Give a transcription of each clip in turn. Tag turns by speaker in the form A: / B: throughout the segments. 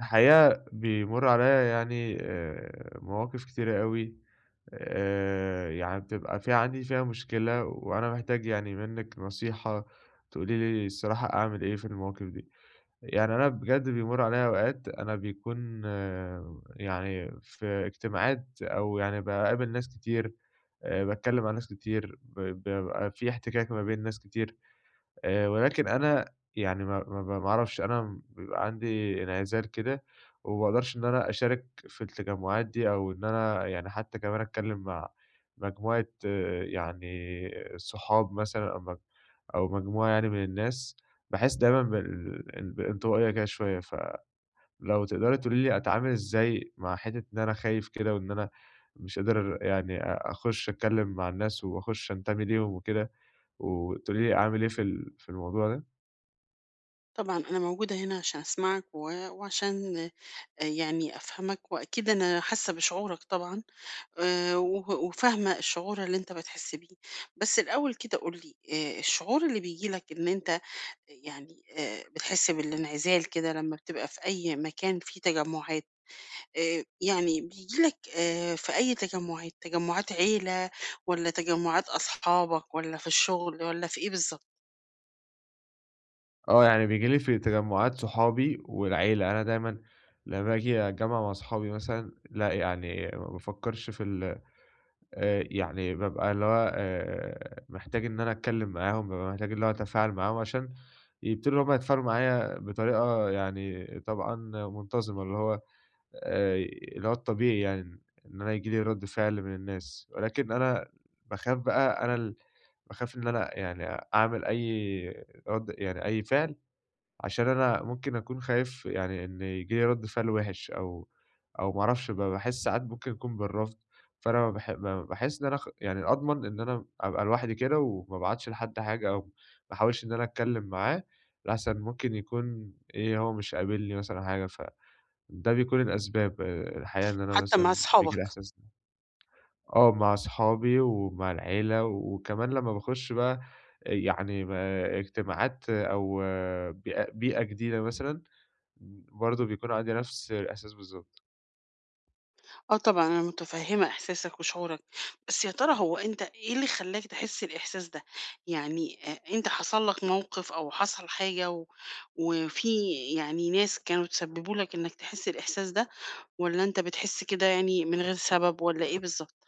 A: الحقيقة بيمُر عليّا يعني مواقف كتيرة أوي، يعني بتبقى في عندي فيها مشكلة، وأنا محتاج يعني منِّك نصيحة تقولي لي الصراحة أعمل إيه في المواقف دي. يعني أنا بجد بيمُر عليّا أوقات أنا بيكون يعني في اجتماعات أو يعني باقابل ناس كتير، باتكلّم مع ناس كتير، بيبقى في احتكاك ما بين ناس كتير. ولكن أنا يعني ما أعرفش، أنا بيبقى عندي انعزال كده، وما باقدرش إن أنا أشارك في التجمُّعات دي، أو إن أنا يعني حتّى كمان أتكلّم مع مجموعة، يعني صحاب مثلًا، أو أو مجموعة يعني من الناس. باحس دايمًا بالانطوائية كده شوية. فلو تقدري تقولي لي أتعامل إزاي مع حتّة إن أنا خايف كده، وإن أنا مش قادر يعني أخُش أتكلّم مع الناس، وأخُش أنتمي ليهم وكده، وتقولي لي أعمل إيه في الموضوع ده؟
B: طبعًا أنا موجودة هنا عشان أسمعك وعشان يعني أفهمك، وأكيد أنا حاسة بشعورك طبعًا، و وفاهمة الشعور اللي أنت بتحس بيه. بس الأول كده قُل لي، الشعور اللي بييجي لك إن أنت يعني بتحس بالانعزال كده لمّا بتبقى في أي مكان فيه تجمُّعات. يعني بييجي لك في أي تجمُّعات، تجمُّعات عيلة والّا تجمُّعات أصحابك والّا في الشغل والّا في إيه بالضبط؟
A: آه، يعني بييجي لي في تجمُّعات صحابي والعيلة. أنا دايمًا لمّا باجي أتجمّع مع صحابي مثلًا لأ، يعني ما بافكّرش في ال يعني بابقى اللي هو محتاج إن أنا أتكلّم معاهم، بابقى محتاج اللي هو أتفاعل معاهم، عشان يبتدوا هم يتفاعلوا معايا بطريقة يعني طبعًا منتظمة، اللي هو اللي هو الطبيعي، يعني إن أنا ييجي لي رَد فعل من الناس. ولكن أنا باخاف بقى، أنا ال باخاف إن أنا يعني أعمل أي رَد، يعني أي فعل، عشان أنا ممكن أكون خايف يعني إن ييجي لي رد فعل وِحِش، أو ما أعرفش، باحس ساعات ممكن يكون بالرفض. فأنا ما باحس إن أنا، يعني أضمن إن أنا أبقى لوحدي كده، وما أبعتش لحد حاجة، أو ما أحاولش إن أنا أتكلّم معاه، لأحسن ممكن يكون إيه، هو مش قابلني مثلًا حاجة، فده بيكون الأسباب. الحقيقة إن أنا
B: حتى مع
A: مثلًا بييجي لي
B: أصحابك؟
A: الإحساس ده. آه، مع أصحابي ومع العيلة، وكمان لمّا باخُش بقى يعني اجتماعات، أو بيئة جديدة مثلًا، برضه بيكون عندي نفس الإحساس بالضبط.
B: آه طبعًا، أنا متفهّمة إحساسك وشعورك، بس يا ترى هو أنت إيه اللي خلّاك تحس الإحساس ده؟ يعني أنت حصل لك موقف أو حصل حاجة وفي يعني ناس كانوا تسبّبوا لك إنك تحس الإحساس ده، والّا أنت بتحس كده يعني من غير سبب والّا إيه بالضبط؟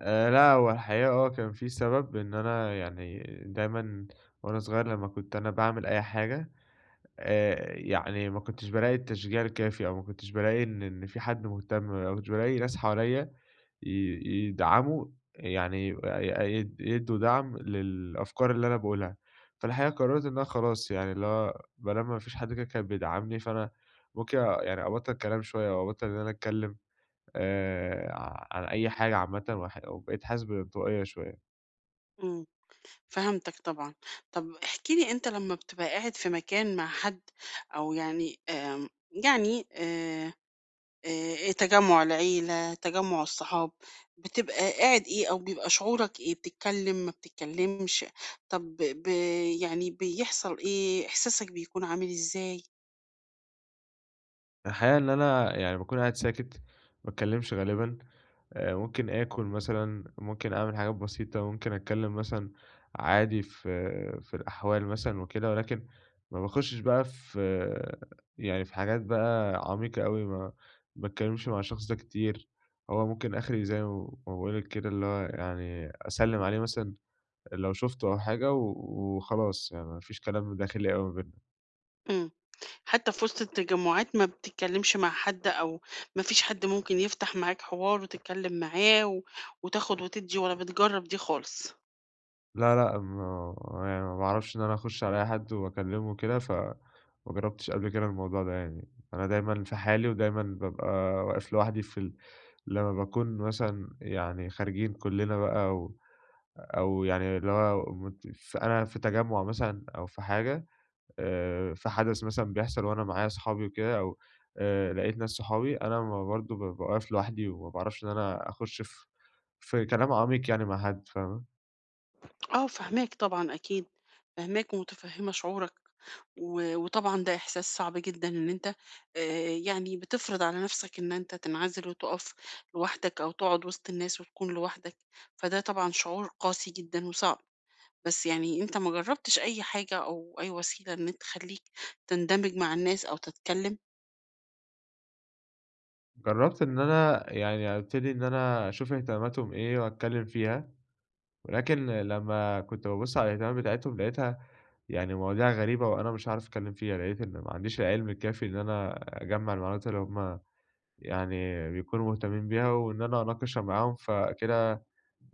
A: لأ، هو الحقيقة كان في سبب. إن أنا يعني دايمًا وأنا صغير لمّا كنت أنا باعمل أي حاجة، يعني ما كنتش بالاقي التشجيع الكافي، أو ما كنتش بالاقي إن في حد مهتم، أو ما كنتش بالاقي ناس حواليّا ي يدعموا، يعني ي ي يدّوا دعم للأفكار اللي أنا باقولها. فالحقيقة قررت إن أنا خلاص، يعني اللي هو ما دام ما فيش حد كده كان بيدعمني، فأنا ممكن يعني أبطّل كلام شوية، أو أبطّل إن أنا أتكلم ع عن أي حاجة عامةً، وبقيت حاسس بانطوائية شوية.
B: إمم، فهمتك طبعًا. طَب احكِ لي أنت لمّا بتبقى قاعد في مكان مع حد أو يعني، يعني تجمُّع العيلة، تجمُّع الصحاب، بتبقى قاعد إيه أو بيبقى شعورك إيه، بتتكلّم، ما بتتكلّمش، طَب ب يعني بيحصل إيه، إحساسك بيكون عامل إزاي؟
A: الحقيقة إن أنا يعني باكون قاعد ساكت، ما باتكلّمش غالبًا. ممكن آكل مثلًا، ممكن أعمل حاجات بسيطة، ممكن أتكلّم مثلًا عادي في الأحوال مثلًا وكده، ولكن ما باخشش بقى في، في حاجات بقى عميقة أوي، ما باتكلّمش مع الشخص ده كتير. هو ممكن آخري زي ما باقول لِك كده، اللي هو يعني أسلّم عليه مثلًا لو شُفته أو حاجة وخلاص، يعني ما فيش كلام داخلي أوي ما بيننا.
B: إمم. حتى في وسط التجمُّعات ما بتتكلّمش مع حد، أو ما فيش حد ممكن يفتح معاك حوار وتتكلّم معاه وتاخُد وتدّي، ولا بتجرّب دي خالص؟
A: لا، لأ، ما يعني ما باعرفش إن أنا أخُش على أي حد وأكلّمه وكده، فما جرّبتش قبل كده الموضوع ده يعني. أنا دايمًا في حالي، ودايمًا بابقى واقف لوحدي في ال لمّا باكون مثلًا يعني خارجين كُلّنا بقى، و أو يعني اللي هو، مت ف أنا في تجمُّع مثلًا أو في حاجة، في حدث مثلًا بيحصل وأنا معايا صحابي وكده، أو لقيت ناس صحابي، أنا ما برضه بابقى واقف لوحدي، وما باعرفش إن أنا أخُش في كلام عميق يعني مع حد، فاهمة؟
B: آه فاهماك طبعًا أكيد، فاهماك ومُتفهِّمة شعورك. وطبعًا ده إحساس صعب جدًا إن أنت يعني بتفرض على نَفْسك إن أنت تنعزل وتُقف لوحدك، أو تقعد وسط الناس وتكون لوحدك. فده طبعًا شعور قاسي جدًا وصعب. بس يعني أنت ما جرّبتش أي حاجة أو أي وسيلة إن أنت تخلّيك تندمج مع الناس أو تتكلّم؟
A: جرّبت إن أنا يعني أبتدي إن أنا أشوف اهتماماتهم إيه وأتكلّم فيها، ولكن لمّا كنت بابُص على الاهتمامات بتاعتهم لقيتها يعني مواضيع غريبة، وأنا مش عارف أتكلّم فيها. لقيت إن ما عنديش العلم الكافي إن أنا أجمّع المعلومات اللي هم يعني بيكونوا مهتمين بيها، وإن أنا أناقشها معاهم. فكده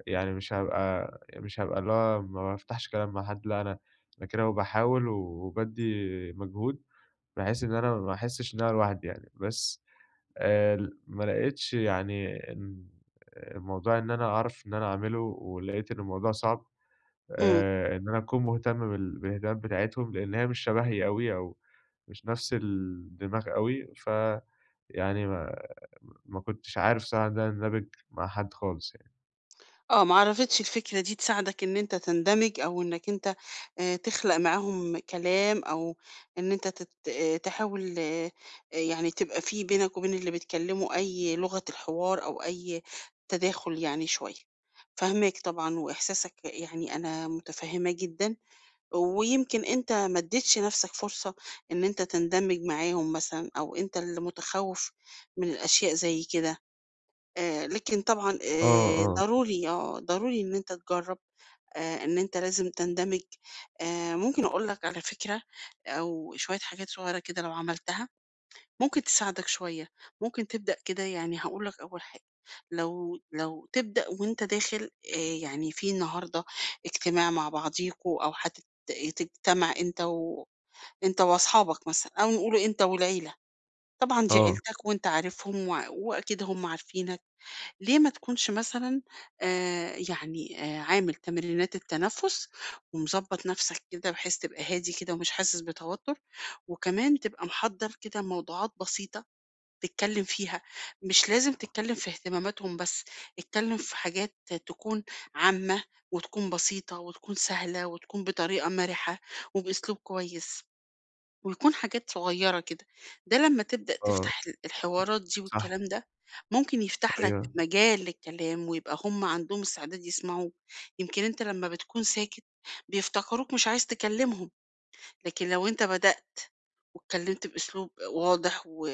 A: يعني مش هابقى اللي هو ما بافتحش كلام مع حد، لأ، أنا كده، وباحاول وبادّي مجهود، بحيث إن أنا ما أحسّش إن أنا لوحدي يعني. بس ل ما لقيتش يعني إن الموضوع إن أنا أعرف إن أنا أعمله، ولقيت إن الموضوع صعب،
B: إمم.
A: إن أنا أكون مهتم بالاهتمامات بتاعتهم، لإن هي مش شبهي أوي، أو مش نفس الدماغ أوي. فيعني ما ما كنتش عارف صراحة إن أنا أندمج مع حد خالص يعني.
B: آه، ما عرفتش الفكرة دي تساعدك إن أنت تندمج، أو إنك أنت تخلق معاهم كلام، أو إن أنت تت تحاول، يعني تبقى في بينك وبين اللي بتكلمه أي لغة الحوار أو أي تداخل يعني شوية. فاهماك طبعًا وإحساسك يعني أنا متفهماه جدًا، ويمكن أنت ما اديتش نفسك فرصة إن أنت تندمج معاهم مثلًا، أو أنت اللي متخوف من الأشياء زي كده. لكن طبعًا
A: آه، آه،
B: ضروري، آه، ضروري إن أنت تجرّب، إن أنت لازم تندمج. ممكن أقول لك على فكرة أو شوية حاجات صغيّرة كده لو عملتها، ممكن تساعدك شوية. ممكن تبدأ كده، يعني هاقول لك أول حاجة، لو تبدأ وأنت داخل آآ يعني في النهارده اجتماع مع بعضيكم، أو تجتمع أنت أنت وأصحابك مثلًا، أو نقول أنت والعيلة، طبعًا دي
A: آه،
B: عيلتك وأنت عارفهم، وأكيد هم عارفينك. ليه ما تكونش مثلًا يعني عامل تمرينات التنفس ومضبّط نَفْسك كده بحيث تبقى هادي كده ومش حاسس بتوتُّر، وكمان تبقى محضّر كده موضوعات بسيطة تتكلّم فيها. مش لازم تتكلّم في اهتماماتهم بس، اتكلّم في حاجات تكون عامة وتكون بسيطة وتكون سهلة وتكون بطريقة مَرِحة وبأسلوب كويس. ويكون حاجات صغيرة كده. ده لمّا تبدأ
A: آه،
B: تفتح الحوارات دي
A: صح.
B: والكلام ده، ممكن يفتح لك
A: أيوه،
B: مجال للكلام ويبقى هم عندهم استعداد يسمعوك. يمكن أنت لمّا بتكون ساكت بيفتكروك مش عايز تكلمهم. لكن لو أنت بدأت واتكلمت بأسلوب واضح و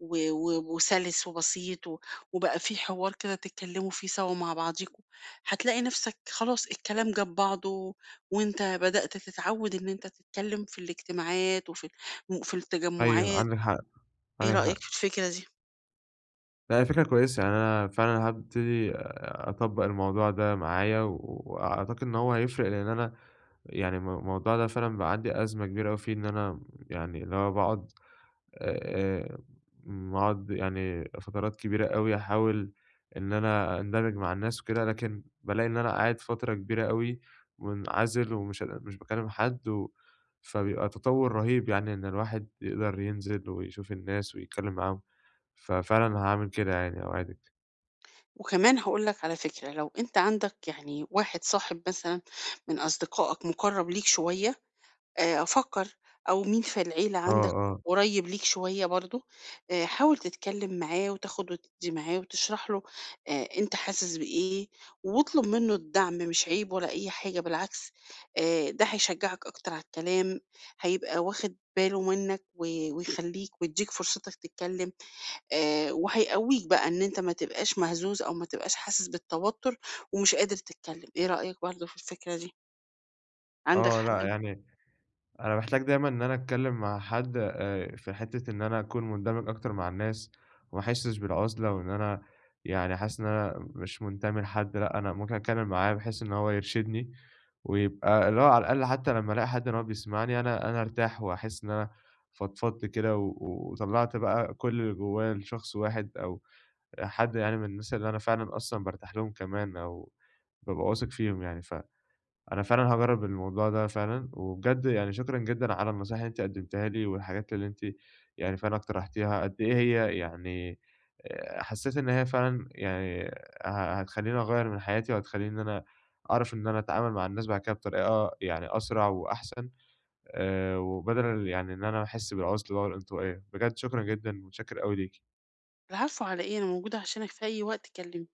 B: و و وسلس وبسيط، وبقى في حوار كده تتكلموا فيه سوا مع بعضيكم، هتلاقي نفسك خلاص الكلام جاب بعضه، وأنت بدأت تتعود إن أنت تتكلم في الاجتماعات وفي
A: أيوه
B: التجمعات.
A: عندِك حق،
B: إيه
A: عندِك
B: رأيك
A: حق.
B: في الفكرة دي؟
A: لأ، هي فكرة كويسة. يعني أنا فعلًا هابتدي أطبّق الموضوع ده معايا، وأعتقد إن هو هيفرق، لإن أنا يعني، الموضوع ده فعلًا بقى عندي أزمة كبيرة أوي فيه، إن أنا يعني اللي هو باقعد، آآ باقعد يعني فترات كبيرة أوي، أحاول إن أنا أندمج مع الناس وكده، لكن بالاقي إن أنا قاعد فترة كبيرة أوي منعزل، ومش ق مش باكلّم حد. فبيبقى تطوّر رهيب يعني إن الواحد يقدر ينزل ويشوف الناس ويتكلّم معاهم. ففعلًا هاعمل كده يعني، أوعدِك.
B: وكمان هاقول لك على فكرة، لو أنت عندك يعني واحد صاحب مثلًا من أصدقائك مُقرّب ليك شوية، أفكّر أو مين في العيلة
A: آه،
B: عندك
A: آه،
B: قريّب ليك شوية برضه، حاول تتكلّم معاه وتاخُد وتدّي معاه وتشرح له أنت حاسس بإيه، واطلب منّه الدعم، مش عيب ولا أي حاجة بالعكس. ده هيشجّعك أكتر على الكلام، هيبقى واخِد باله منّك، ويخلّيك ويدّيك فرصتك تتكلّم، وهيقوّيك بقى إن أنت ما تبقاش مهزوز أو ما تبقاش حاسس بالتوتُّر ومش قادر تتكلّم. إيه رأيك برضه في الفكرة دي؟ عندك
A: آه،
B: حد؟
A: لأ يعني، أنا محتاج دايمًا إن أنا أتكلّم مع حد في حتّة إن أنا أكون مندمج أكتر مع الناس، وما أحسّش بالعُزلة، وإن أنا يعني حاسس إن أنا مش منتمي لحد. لأ، أنا ممكن أتكلّم معاه بحيث إن هو يرشدني، ويبقى اللي هو على الأقل، حتّى لمّا ألاقي حد إن هو بيسمعني، أنا أرتاح وأحس إن أنا فضفضت كده، وطلّعت بقى كل اللي جوّايا لشخص واحد، أو حد يعني من الناس اللي أنا فعلًا أصلًا بارتاح لهم كمان، أو بابقى واثق فيهم يعني. فأنا فعلًا هاجرّب الموضوع ده فعلًا، وبجد يعني شكرًا جدًا على النصايح اللي أنتِ قدّمتيها لي، والحاجات اللي أنتِ يعني فعلًا اقترحتيها. قد إيه هي يعني، حسّيت إن هي فعلًا يعني هتخلّيني أغيّر من حياتي، وهتخلّيني إن أنا أعرف إن أنا أتعامل مع الناس بعد كده بطريقة يعني أسرع وأحسن، وبدل يعني إن أنا أحس بالعُزلة والانطوائية. بجد شكرًا جدًا، ومتشكّر أوي ليكِ.
B: العفو على إيه، أنا موجودة عشانك في أي وقت، كلمني.